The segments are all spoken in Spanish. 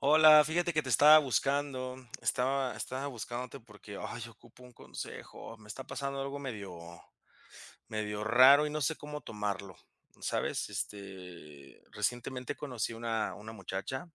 Hola, fíjate que te estaba buscando, estaba buscándote porque, ay, ocupo un consejo, me está pasando algo medio raro y no sé cómo tomarlo, ¿sabes? Este, recientemente conocí una muchacha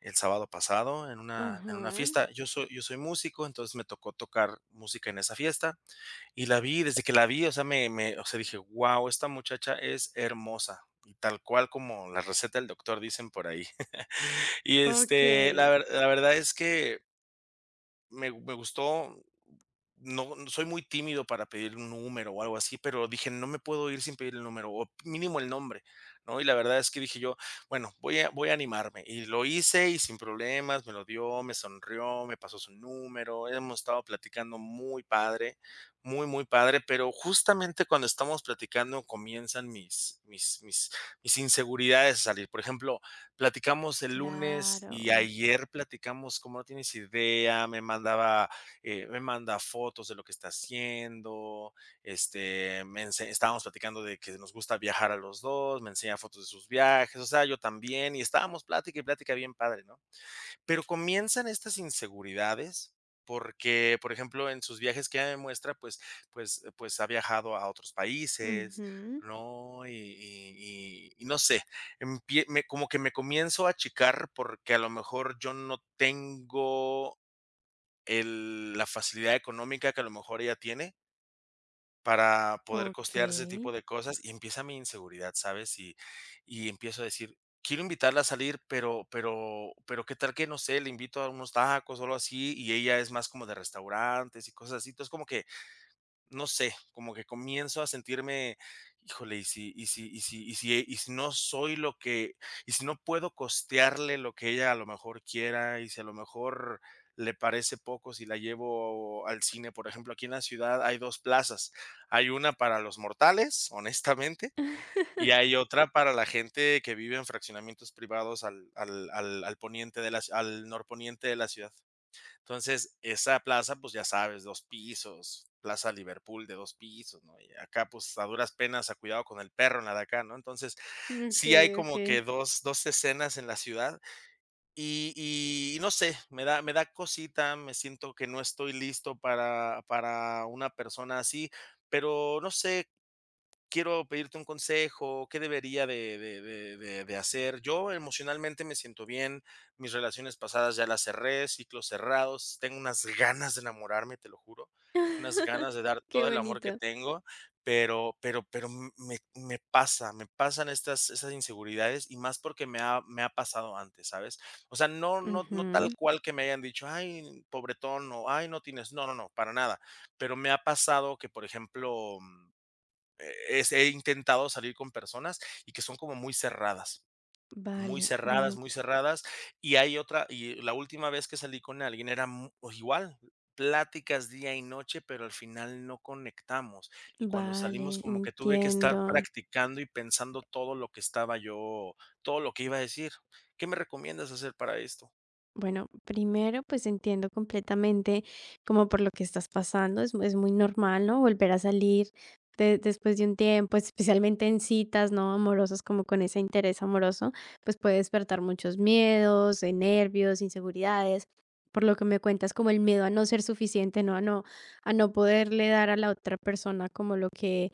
el sábado pasado en una Ajá. fiesta. Yo soy músico, entonces me tocó tocar música en esa fiesta y la vi, desde que la vi, o sea, me dije: "Guau, esta muchacha es hermosa", y tal cual como la receta del doctor, dicen por ahí. Y, la Okey. ver la verdad es que me gustó. Soy muy tímido para pedir un número o algo así, pero dije: "No me puedo ir sin pedir el número o mínimo el nombre", ¿no? Y la verdad es que dije yo: "Bueno, voy a animarme", y lo hice, y sin problemas me lo dio, me sonrió, me pasó su número, hemos estado platicando muy padre, muy, muy padre, pero justamente cuando estamos platicando comienzan mis inseguridades a salir. Por ejemplo, platicamos el lunes y Claro. ayer platicamos como no tienes idea, me mandaba, me manda fotos de lo que está haciendo, estábamos platicando de que nos gusta viajar a los dos, me enseña fotos de sus viajes, o sea, yo también, y estábamos plática y plática bien padre, ¿no? Pero comienzan estas inseguridades porque, por ejemplo, en sus viajes que ella me muestra, pues ha viajado a otros países, Ujú. ¿no? Y no sé, empie me como que me comienzo a achicar porque a lo mejor yo no tengo el la facilidad económica que a lo mejor ella tiene, para poder costear ese tipo Okey. de cosas, y empieza mi inseguridad, ¿sabes? Y empiezo a decir: "Quiero invitarla a salir, pero pero, ¿qué tal que, no sé, le invito a unos tacos o algo así?". Y ella es más como de restaurantes y cosas así. Entonces, como que no sé, como que comienzo a sentirme, híjole, y si, y si, y si, y si, y si no soy lo que, y si no puedo costearle lo que ella a lo mejor quiera, y si a lo mejor le parece poco si la llevo al cine, por ejemplo, aquí en la ciudad hay dos plazas, hay una para los mortales, honestamente, y hay otra para la gente que vive en fraccionamientos privados al poniente de al norponiente de la ciudad. Entonces, esa plaza, pues ya sabes, dos pisos, Plaza Liverpool de dos pisos, ¿no? Y acá, pues a duras penas, a cuidado con el perro en la de acá, ¿no? Entonces, sí hay Okey, como okey. que dos escenas en la ciudad y, y no sé, me da cosita, me siento que no estoy listo para una persona así, pero no sé, quiero pedirte un consejo, ¿qué debería de hacer? Yo emocionalmente me siento bien, mis relaciones pasadas ya las cerré, ciclos cerrados, tengo unas ganas de enamorarme, te lo juro, unas ganas de dar Qué todo el amor que bonito. tengo, pero pero me me pasan estas esas inseguridades y más porque me ha pasado antes, ¿sabes? O sea, no tal Ujú. cual que me hayan dicho: "Ay, pobretón", o "Ay, no tienes", no, no, no, para nada, pero me ha pasado que, por ejemplo, he intentado salir con personas y que son como muy cerradas, muy Vale. cerradas, Bueno, muy cerradas. Y hay otra, y la última vez que salí con alguien era o igual, pláticas día y noche, pero al final no conectamos. Y cuando salimos vale, como que tuve que estar entiendo. practicando y pensando todo lo que estaba yo, todo lo que iba a decir. ¿Qué me recomiendas hacer para esto? Bueno, primero, pues entiendo completamente como por lo que estás pasando, es muy normal, ¿no? Volver a salir después de un tiempo, especialmente en citas, ¿no? Amorosas, como con ese interés amoroso, pues puede despertar muchos miedos, nervios, inseguridades, por lo que me cuentas como el miedo a no ser suficiente, ¿no? A no, a no poderle dar a la otra persona como lo que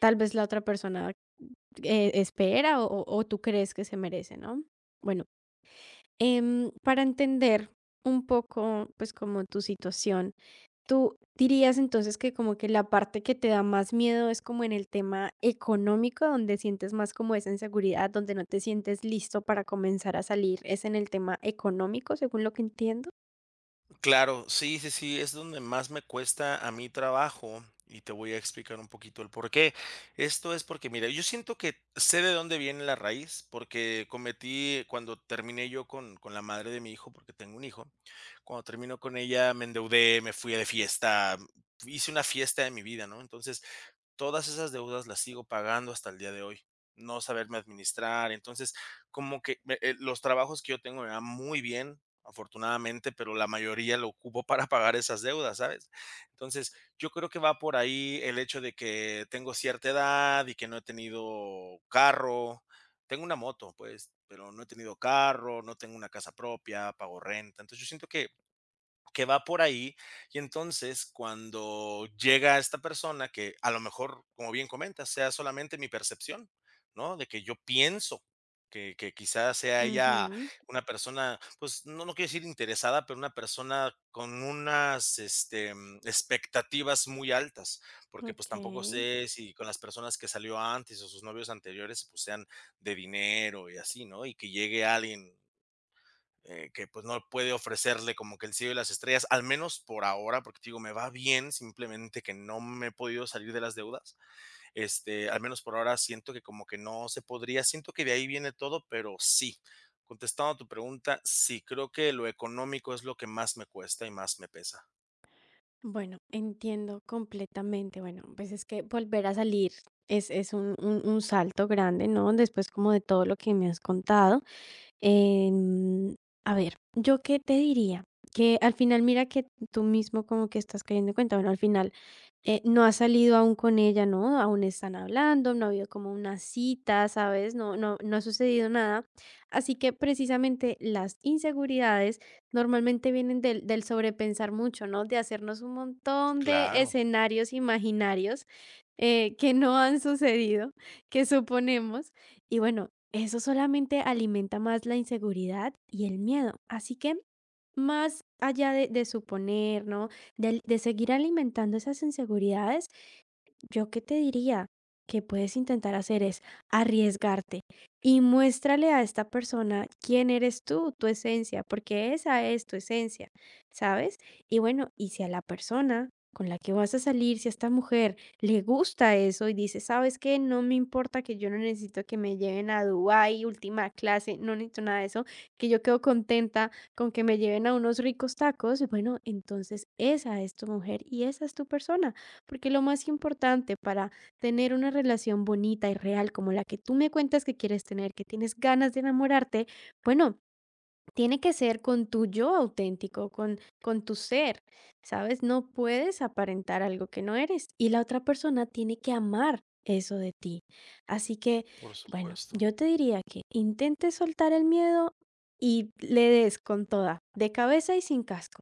tal vez la otra persona espera o o tú crees que se merece, ¿no? Bueno. Para entender un poco, pues, como tu situación, ¿tú dirías entonces que como que la parte que te da más miedo es como en el tema económico, donde sientes más como esa inseguridad, donde no te sientes listo para comenzar a salir? ¿Es en el tema económico, según lo que entiendo? Claro, sí, sí, sí, es donde más me cuesta a mí trabajo y te voy a explicar un poquito el por qué. Esto es porque, mira, yo siento que sé de dónde viene la raíz, porque cometí, cuando terminé yo con la madre de mi hijo, porque tengo un hijo, cuando termino con ella me endeudé, me fui de fiesta, hice una fiesta de mi vida, ¿no? Entonces, todas esas deudas las sigo pagando hasta el día de hoy, no saberme administrar. Entonces, como que los trabajos que yo tengo me van muy bien, afortunadamente, pero la mayoría lo ocupo para pagar esas deudas, ¿sabes? Entonces, yo creo que va por ahí el hecho de que tengo cierta edad y que no he tenido carro. Tengo una moto, pues, pero no he tenido carro, no tengo una casa propia, pago renta. Entonces, yo siento que va por ahí. Y entonces, cuando llega esta persona, que a lo mejor, como bien comenta, sea solamente mi percepción, ¿no? De que yo pienso que quizás sea ella Ujú, una persona, pues no, no quiero decir interesada, pero una persona con unas expectativas muy altas, porque pues tampoco ok. sé si con las personas que salió antes o sus novios anteriores, pues sean de dinero y así, ¿no? Y que llegue alguien, que pues no puede ofrecerle como que el cielo y las estrellas, al menos por ahora, porque te digo, me va bien, simplemente que no me he podido salir de las deudas. Este, al menos por ahora siento que como que no se podría, siento que de ahí viene todo, pero sí, contestando a tu pregunta, sí, creo que lo económico es lo que más me cuesta y más me pesa. Bueno, entiendo completamente. Bueno, pues es que volver a salir es, es un un salto grande, ¿no? Después como de todo lo que me has contado. Em, a ver, ¿yo qué te diría? Que al final, mira que tú mismo como que estás cayendo en cuenta, bueno, al final no has salido aún con ella, ¿no? Aún están hablando, no ha habido como una cita, ¿sabes? No, no, no ha sucedido nada. Así que precisamente las inseguridades normalmente vienen del, del sobrepensar mucho, ¿no? De hacernos un montón de Claro, escenarios imaginarios que no han sucedido, que suponemos. Y bueno, eso solamente alimenta más la inseguridad y el miedo. Así que, más allá de suponer, ¿no? De seguir alimentando esas inseguridades, yo qué te diría que puedes intentar hacer es arriesgarte y muéstrale a esta persona quién eres tú, tu esencia, porque esa es tu esencia, ¿sabes? Y bueno, y si a la persona con la que vas a salir, si a esta mujer le gusta eso y dice, ¿sabes qué? No me importa, que yo no necesito que me lleven a Dubái, última clase, no necesito nada de eso, que yo quedo contenta con que me lleven a unos ricos tacos, bueno, entonces esa es tu mujer y esa es tu persona porque lo más importante para tener una relación bonita y real como la que tú me cuentas que quieres tener, que tienes ganas de enamorarte, bueno, tiene que ser con tu yo auténtico, con tu ser, ¿sabes? No puedes aparentar algo que no eres y la otra persona tiene que amar eso de ti. Así que, por bueno, supuesto. yo te diría que intentes soltar el miedo y le des con toda, de cabeza y sin casco.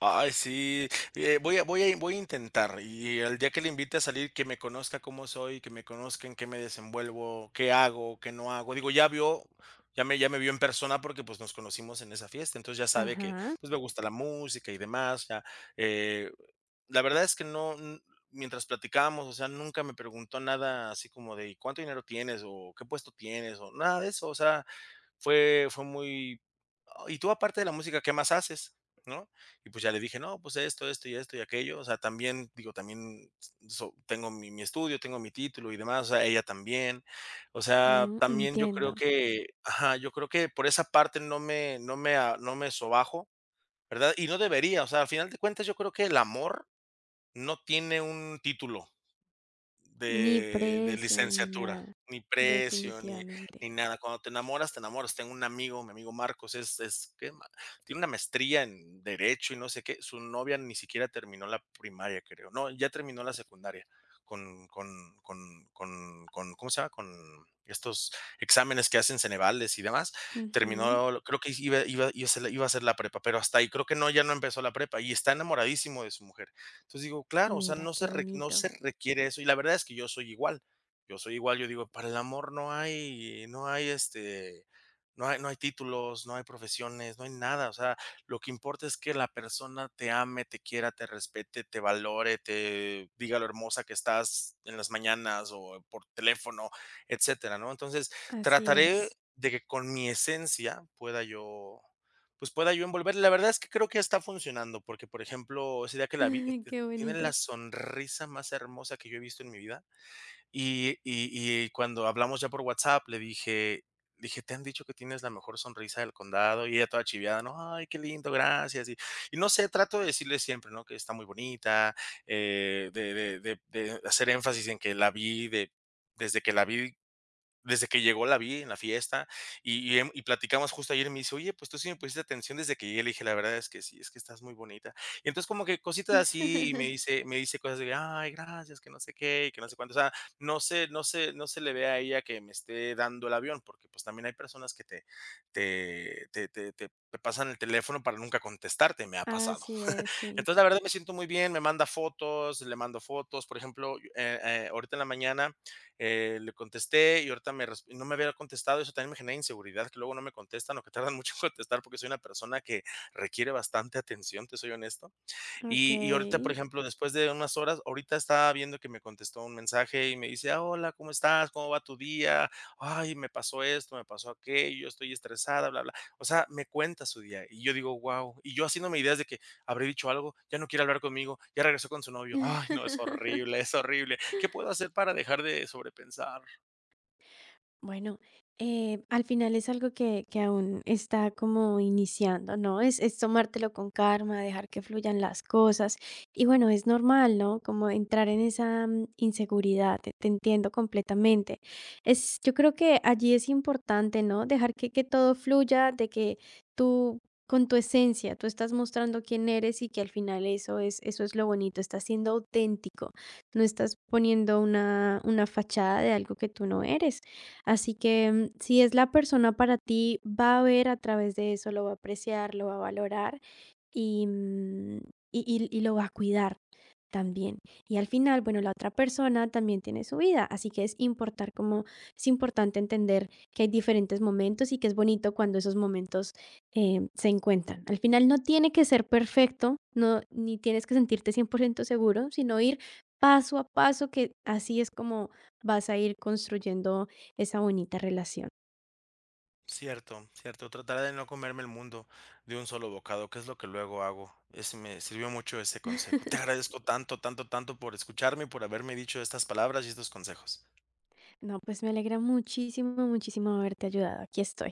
Ay, sí, voy a intentar y el día que le invite a salir, que me conozca cómo soy, que me conozca en qué me desenvuelvo, qué hago, qué no hago. Digo, ya vio, ya me vio en persona porque pues nos conocimos en esa fiesta, entonces ya sabe que Ajá, pues me gusta la música y demás. Ya, eh, la verdad es que no, mientras platicábamos, o sea, nunca me preguntó nada así como de "¿Y ¿cuánto dinero tienes o qué puesto tienes o nada de eso, o sea. Fue muy: "Oh, ¿Y tú aparte de la música qué más haces?", ¿no? Y pues ya le dije: "No, pues esto y esto y aquello". O sea, también, digo, también tengo mi estudio, tengo mi título y demás, o sea, ella también. O sea, mm, también yo creo entiendo. que ajá, yo creo que por esa parte no me sobajo, ¿verdad? Y no debería, o sea, al final de cuentas yo creo que el amor no tiene un título. Ni De precio ni licenciatura, nada, ni precio, ni definitivamente. Nada. Cuando te enamoras, te enamoras. Tengo un amigo, mi amigo Marcos, es que ma tiene una maestría en derecho y no sé qué. Su novia ni siquiera terminó la primaria, creo. No, ya terminó la secundaria con, ¿cómo se llama? Con estos exámenes que hacen Cenevales y demás. Ujú. Terminó, creo que iba a hacer la prepa, pero hasta ahí. Creo que no, ya no empezó la prepa y está enamoradísimo de su mujer. Entonces digo, claro, o sea, Mira, qué no bonito. se requiere eso, y la verdad es que yo soy igual, yo soy igual, yo digo, para el amor no hay, no hay títulos, no hay profesiones, no hay nada, o sea, lo que importa es que la persona te ame, te quiera, te respete, te valore, te diga lo hermosa que estás en las mañanas o por teléfono, etcétera, ¿no? Entonces, Así trataré es. de que con mi esencia pueda yo, pues, pueda yo envolver. La verdad es que creo que está funcionando, porque, por ejemplo, ese día que la vi Qué tienen bonito. la sonrisa más hermosa que yo he visto en mi vida. Y cuando hablamos ya por WhatsApp, le dije dije: "¿Te han dicho que tienes la mejor sonrisa del condado?". Y ella toda chiviada, ¿no? "Ay, qué lindo, gracias". Y no sé, trato de decirle siempre, ¿no? Que está muy bonita, de hacer énfasis en que la vi de desde que la vi desde que llegó la vi en la fiesta y, y platicamos justo ayer, y me dice: "Oye, pues tú sí me pusiste atención desde que llegué". Le dije: "La verdad es que sí, es que estás muy bonita". Y entonces como que cositas así y me dice cosas de: "Ay, gracias, que no sé qué y que no sé cuánto". O sea, no se le ve a ella que me esté dando el avión, porque, pues, también hay personas que te pasan el teléfono para nunca contestarte, me ha pasado. Así es, sí. Entonces, la verdad me siento muy bien, me manda fotos, le mando fotos. Por ejemplo, ahorita en la mañana, le contesté y ahorita no me había contestado. Eso también me genera inseguridad, que luego no me contestan o que tardan mucho en contestar porque soy una persona que requiere bastante atención, te soy honesto. Y ahorita, por Ok. ejemplo, después de unas horas, ahorita estaba viendo que me contestó un mensaje y me dice: "Ah, hola, ¿cómo estás? ¿Cómo va tu día? Ay, me pasó esto, me pasó aquello, estoy estresada, bla, bla". O sea, me cuenta su día y yo digo: "Guau". Y yo haciéndome ideas de que habré dicho algo, ya no quiere hablar conmigo, ya regresó con su novio. Ay, no, es horrible, es horrible. ¿Qué puedo hacer para dejar de sobrepensar? Bueno, al final es algo que aún está como iniciando, ¿no? Es tomártelo con calma, dejar que fluyan las cosas. Y bueno, es normal, ¿no? Como entrar en esa mm, inseguridad, te entiendo completamente. Es, yo creo que allí es importante, ¿no? Dejar que todo fluya, de que tú, con tu esencia, tú estás mostrando quién eres y que al final eso es lo bonito, estás siendo auténtico, no estás poniendo una fachada de algo que tú no eres. Así que, mm, si es la persona para ti, va a ver a través de eso, lo va a apreciar, lo va a valorar y, mm, y lo va a cuidar también. Y al final, bueno, la otra persona también tiene su vida, así que es importar como es importante entender que hay diferentes momentos y que es bonito cuando esos momentos se encuentran. Al final no tiene que ser perfecto, no ni tienes que sentirte 100% seguro, sino ir paso a paso, que así es como vas a ir construyendo esa bonita relación. Cierto, cierto. Trataré de no comerme el mundo de un solo bocado, que es lo que luego hago. Ese me sirvió mucho ese consejo. Te agradezco tanto, tanto, tanto por escucharme y por haberme dicho estas palabras y estos consejos. No, pues me alegra muchísimo, muchísimo haberte ayudado. Aquí estoy.